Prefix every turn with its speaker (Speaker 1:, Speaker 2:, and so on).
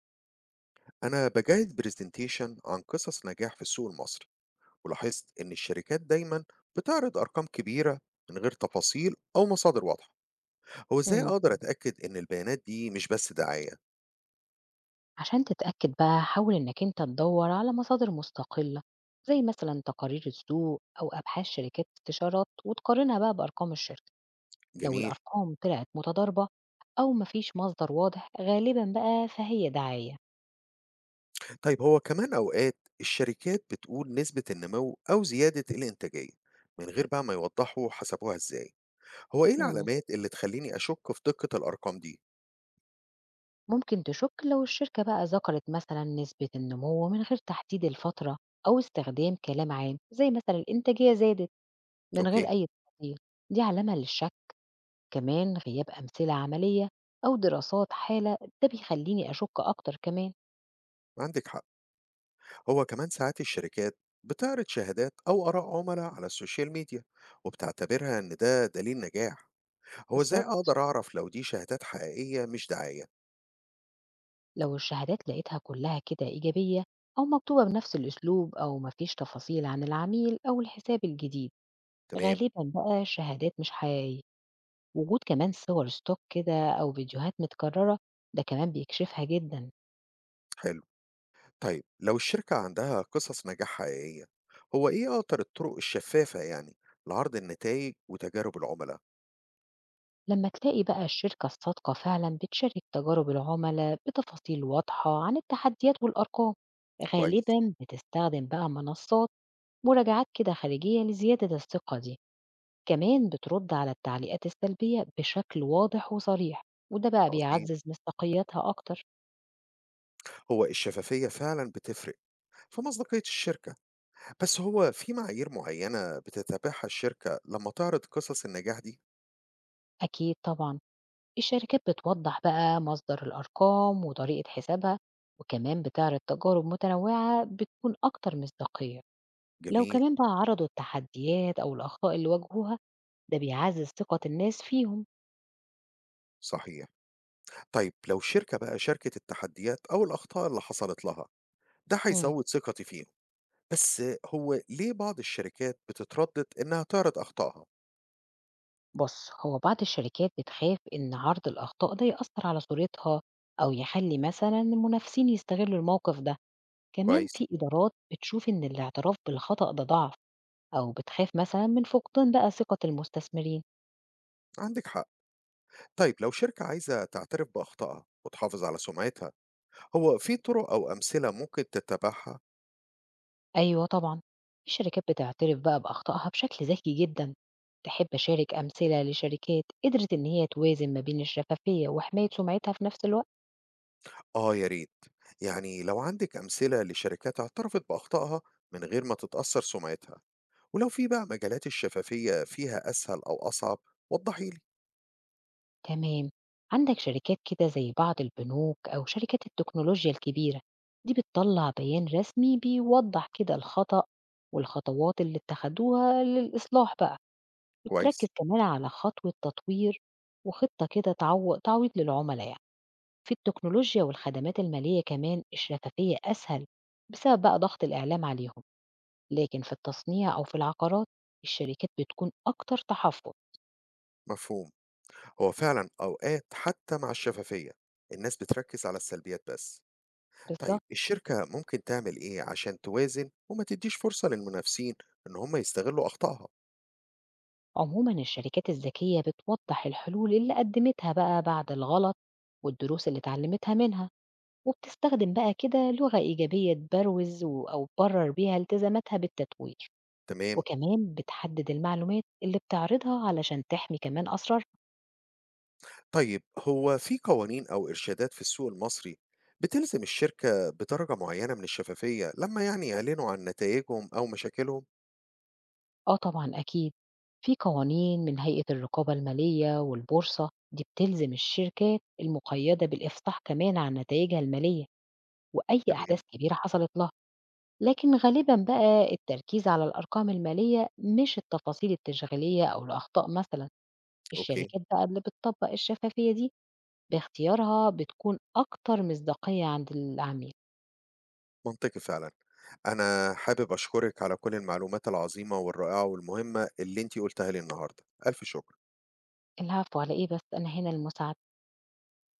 Speaker 1: أنا بجهز برزنتيشن عن قصص نجاح في السوق المصري، ولاحظت إن الشركات دايما بتعرض أرقام كبيرة من غير تفاصيل أو مصادر واضحة. هو إزاي
Speaker 2: إمم.
Speaker 1: أقدر أتأكد إن البيانات دي مش بس دعاية؟
Speaker 2: عشان تتأكد بقى حاول إنّك أنت تدوّر على مصادر مستقلة، زي مثلًا تقارير السوق أو أبحاث شركات استشارات وتقارنها بقى بأرقام الشركة، لو
Speaker 1: جميل.
Speaker 2: الأرقام طلعت متضاربة أو ما فيش مصدر واضح غالبًا بقى فهي دعاية.
Speaker 1: طيب هو كمان أوقات الشركات بتقول نسبة النمو أو زيادة الإنتاجية من غير بقى ما يوضحوا حسبوها إزاي. هو إيه
Speaker 2: إمم.
Speaker 1: العلامات اللي تخليني أشك في دقة الأرقام دي؟
Speaker 2: ممكن تشُك لو الشركة بقى ذكرت مثلًا نسبة النمو من غير تحديد الفترة أو استخدام كلام عام، زي مثلًا الإنتاجية زادت من غير
Speaker 1: أوكي.
Speaker 2: أي تفاصيل، دي علامة للشك. كمان غياب أمثلة عملية أو دراسات حالة ده بيخليني أشك أكتر كمان.
Speaker 1: عندك حق. هو كمان ساعات الشركات بتعرض شهادات أو آراء عملاء على السوشيال ميديا وبتعتبرها إن ده دليل نجاح. هو إزاي
Speaker 2: بالظبط،
Speaker 1: أقدر أعرف لو دي شهادات حقيقية مش دعاية؟
Speaker 2: لو الشهادات لقيتها كلها كده إيجابية أو مكتوبة بنفس الأسلوب أو مفيش تفاصيل عن العميل أو الحساب الجديد،
Speaker 1: تمام.
Speaker 2: غالبا بقى الشهادات مش حقيقية. وجود كمان صور ستوك كده أو فيديوهات متكررة ده كمان بيكشفها جدا.
Speaker 1: حلو. طيب لو الشركة عندها قصص نجاح حقيقية، هو إيه أكتر الطرق الشفافة يعني لعرض النتائج وتجارب العملاء؟
Speaker 2: لما تلاقي بقى الشركة الصادقة فعلا بتشارك تجارب العملاء بتفاصيل واضحة عن التحديات والأرقام،
Speaker 1: كويس.
Speaker 2: غالبا بتستخدم بقى منصات مراجعات كده خارجية لزيادة الثقة دي. كمان بترد على التعليقات السلبية بشكل واضح وصريح، وده بقى
Speaker 1: عظيم.
Speaker 2: بيعزز مصداقيتها أكتر.
Speaker 1: هو الشفافية فعلا بتفرق في مصداقية الشركة، بس هو في معايير معينة بتتبعها الشركة لما تعرض قصص النجاح دي؟
Speaker 2: أكيد طبعا، الشركات بتوضح بقى مصدر الأرقام وطريقة حسابها، وكمان بتعرض تجارب متنوعة بتكون أكتر مصداقية. لو
Speaker 1: جميل.
Speaker 2: كمان بقى عرضوا التحديات أو الأخطاء اللي واجهوها، ده بيعزز ثقة الناس فيهم.
Speaker 1: صحيح. طيب لو شركة بقى شاركت التحديات أو الأخطاء اللي حصلت لها، ده
Speaker 2: مم.
Speaker 1: هيزود ثقتي فيهم. بس هو ليه بعض الشركات بتتردد إنها تعرض أخطائها؟
Speaker 2: بص، هو بعض الشركات بتخاف إن عرض الأخطاء ده يأثر على صورتها أو يخلي مثلا المنافسين يستغلوا الموقف ده. كمان
Speaker 1: كويس.
Speaker 2: في إدارات بتشوف إن الاعتراف بالخطأ ده ضعف، أو بتخاف مثلا من فقدان بقى ثقة المستثمرين.
Speaker 1: عندك حق. طيب لو شركة عايزة تعترف بأخطائها وتحافظ على سمعتها، هو في طرق أو أمثلة ممكن تتبعها؟
Speaker 2: أيوة طبعا، في شركات بتعترف بقى بأخطائها بشكل ذكي جدا. تحب أشارك أمثلة لشركات قدرت إن هي توازن ما بين الشفافية وحماية سمعتها في نفس الوقت؟
Speaker 1: آه يا ريت. يعني لو عندك أمثلة لشركات اعترفت بأخطائها من غير ما تتأثر سمعتها، ولو في بقى مجالات الشفافية فيها أسهل أو أصعب، وضحي لي.
Speaker 2: تمام. عندك شركات كده زي بعض البنوك أو شركات التكنولوجيا الكبيرة، دي بتطلع بيان رسمي بيوضح كده الخطأ والخطوات اللي اتخدوها للإصلاح بقى، وتركز
Speaker 1: كويس.
Speaker 2: كمان على خطوة تطوير وخطة كده تعويض للعملاء يعني. في التكنولوجيا والخدمات المالية كمان الشفافية أسهل بسبب بقى ضغط الإعلام عليهم، لكن في التصنيع أو في العقارات الشركات بتكون أكتر تحفظ.
Speaker 1: مفهوم. هو فعلا أوقات حتى مع الشفافية الناس بتركز على السلبيات بس. طيب
Speaker 2: بالظبط،
Speaker 1: الشركة ممكن تعمل إيه عشان توازن وما تديش فرصة للمنافسين إن هم يستغلوا أخطائها؟
Speaker 2: عموما الشركات الذكية بتوضح الحلول اللي قدمتها بقى بعد الغلط والدروس اللي اتعلمتها منها، وبتستخدم بقى كده لغة إيجابية أو تبرر بيها التزاماتها بالتتوير.
Speaker 1: تمام.
Speaker 2: وكمان بتحدد المعلومات اللي بتعرضها علشان تحمي كمان أسرار.
Speaker 1: طيب هو في قوانين أو إرشادات في السوق المصري بتلزم الشركة بدرجة معينة من الشفافية لما يعني يعلنوا عن نتائجهم أو مشاكلهم؟
Speaker 2: آه طبعا أكيد، في قوانين من هيئة الرقابة المالية والبورصة دي بتلزم الشركات المقيدة بالإفصاح كمان عن نتائجها المالية وأي أحداث
Speaker 1: تمام.
Speaker 2: كبيرة حصلت لها. لكن غالبًا بقى التركيز على الأرقام المالية مش التفاصيل التشغيلية أو الأخطاء مثلًا،
Speaker 1: أوكي.
Speaker 2: الشركات بقى اللي بتطبّق الشفافية دي باختيارها بتكون أكتر مصداقية عند العميل.
Speaker 1: منطقي فعلا. أنا حابب أشكرك على كل المعلومات العظيمة والرائعة والمهمة اللي أنتي قلتها لي النهاردة. ألف شكر.
Speaker 2: العفو على إيه بس، أنا هنا للمساعدة.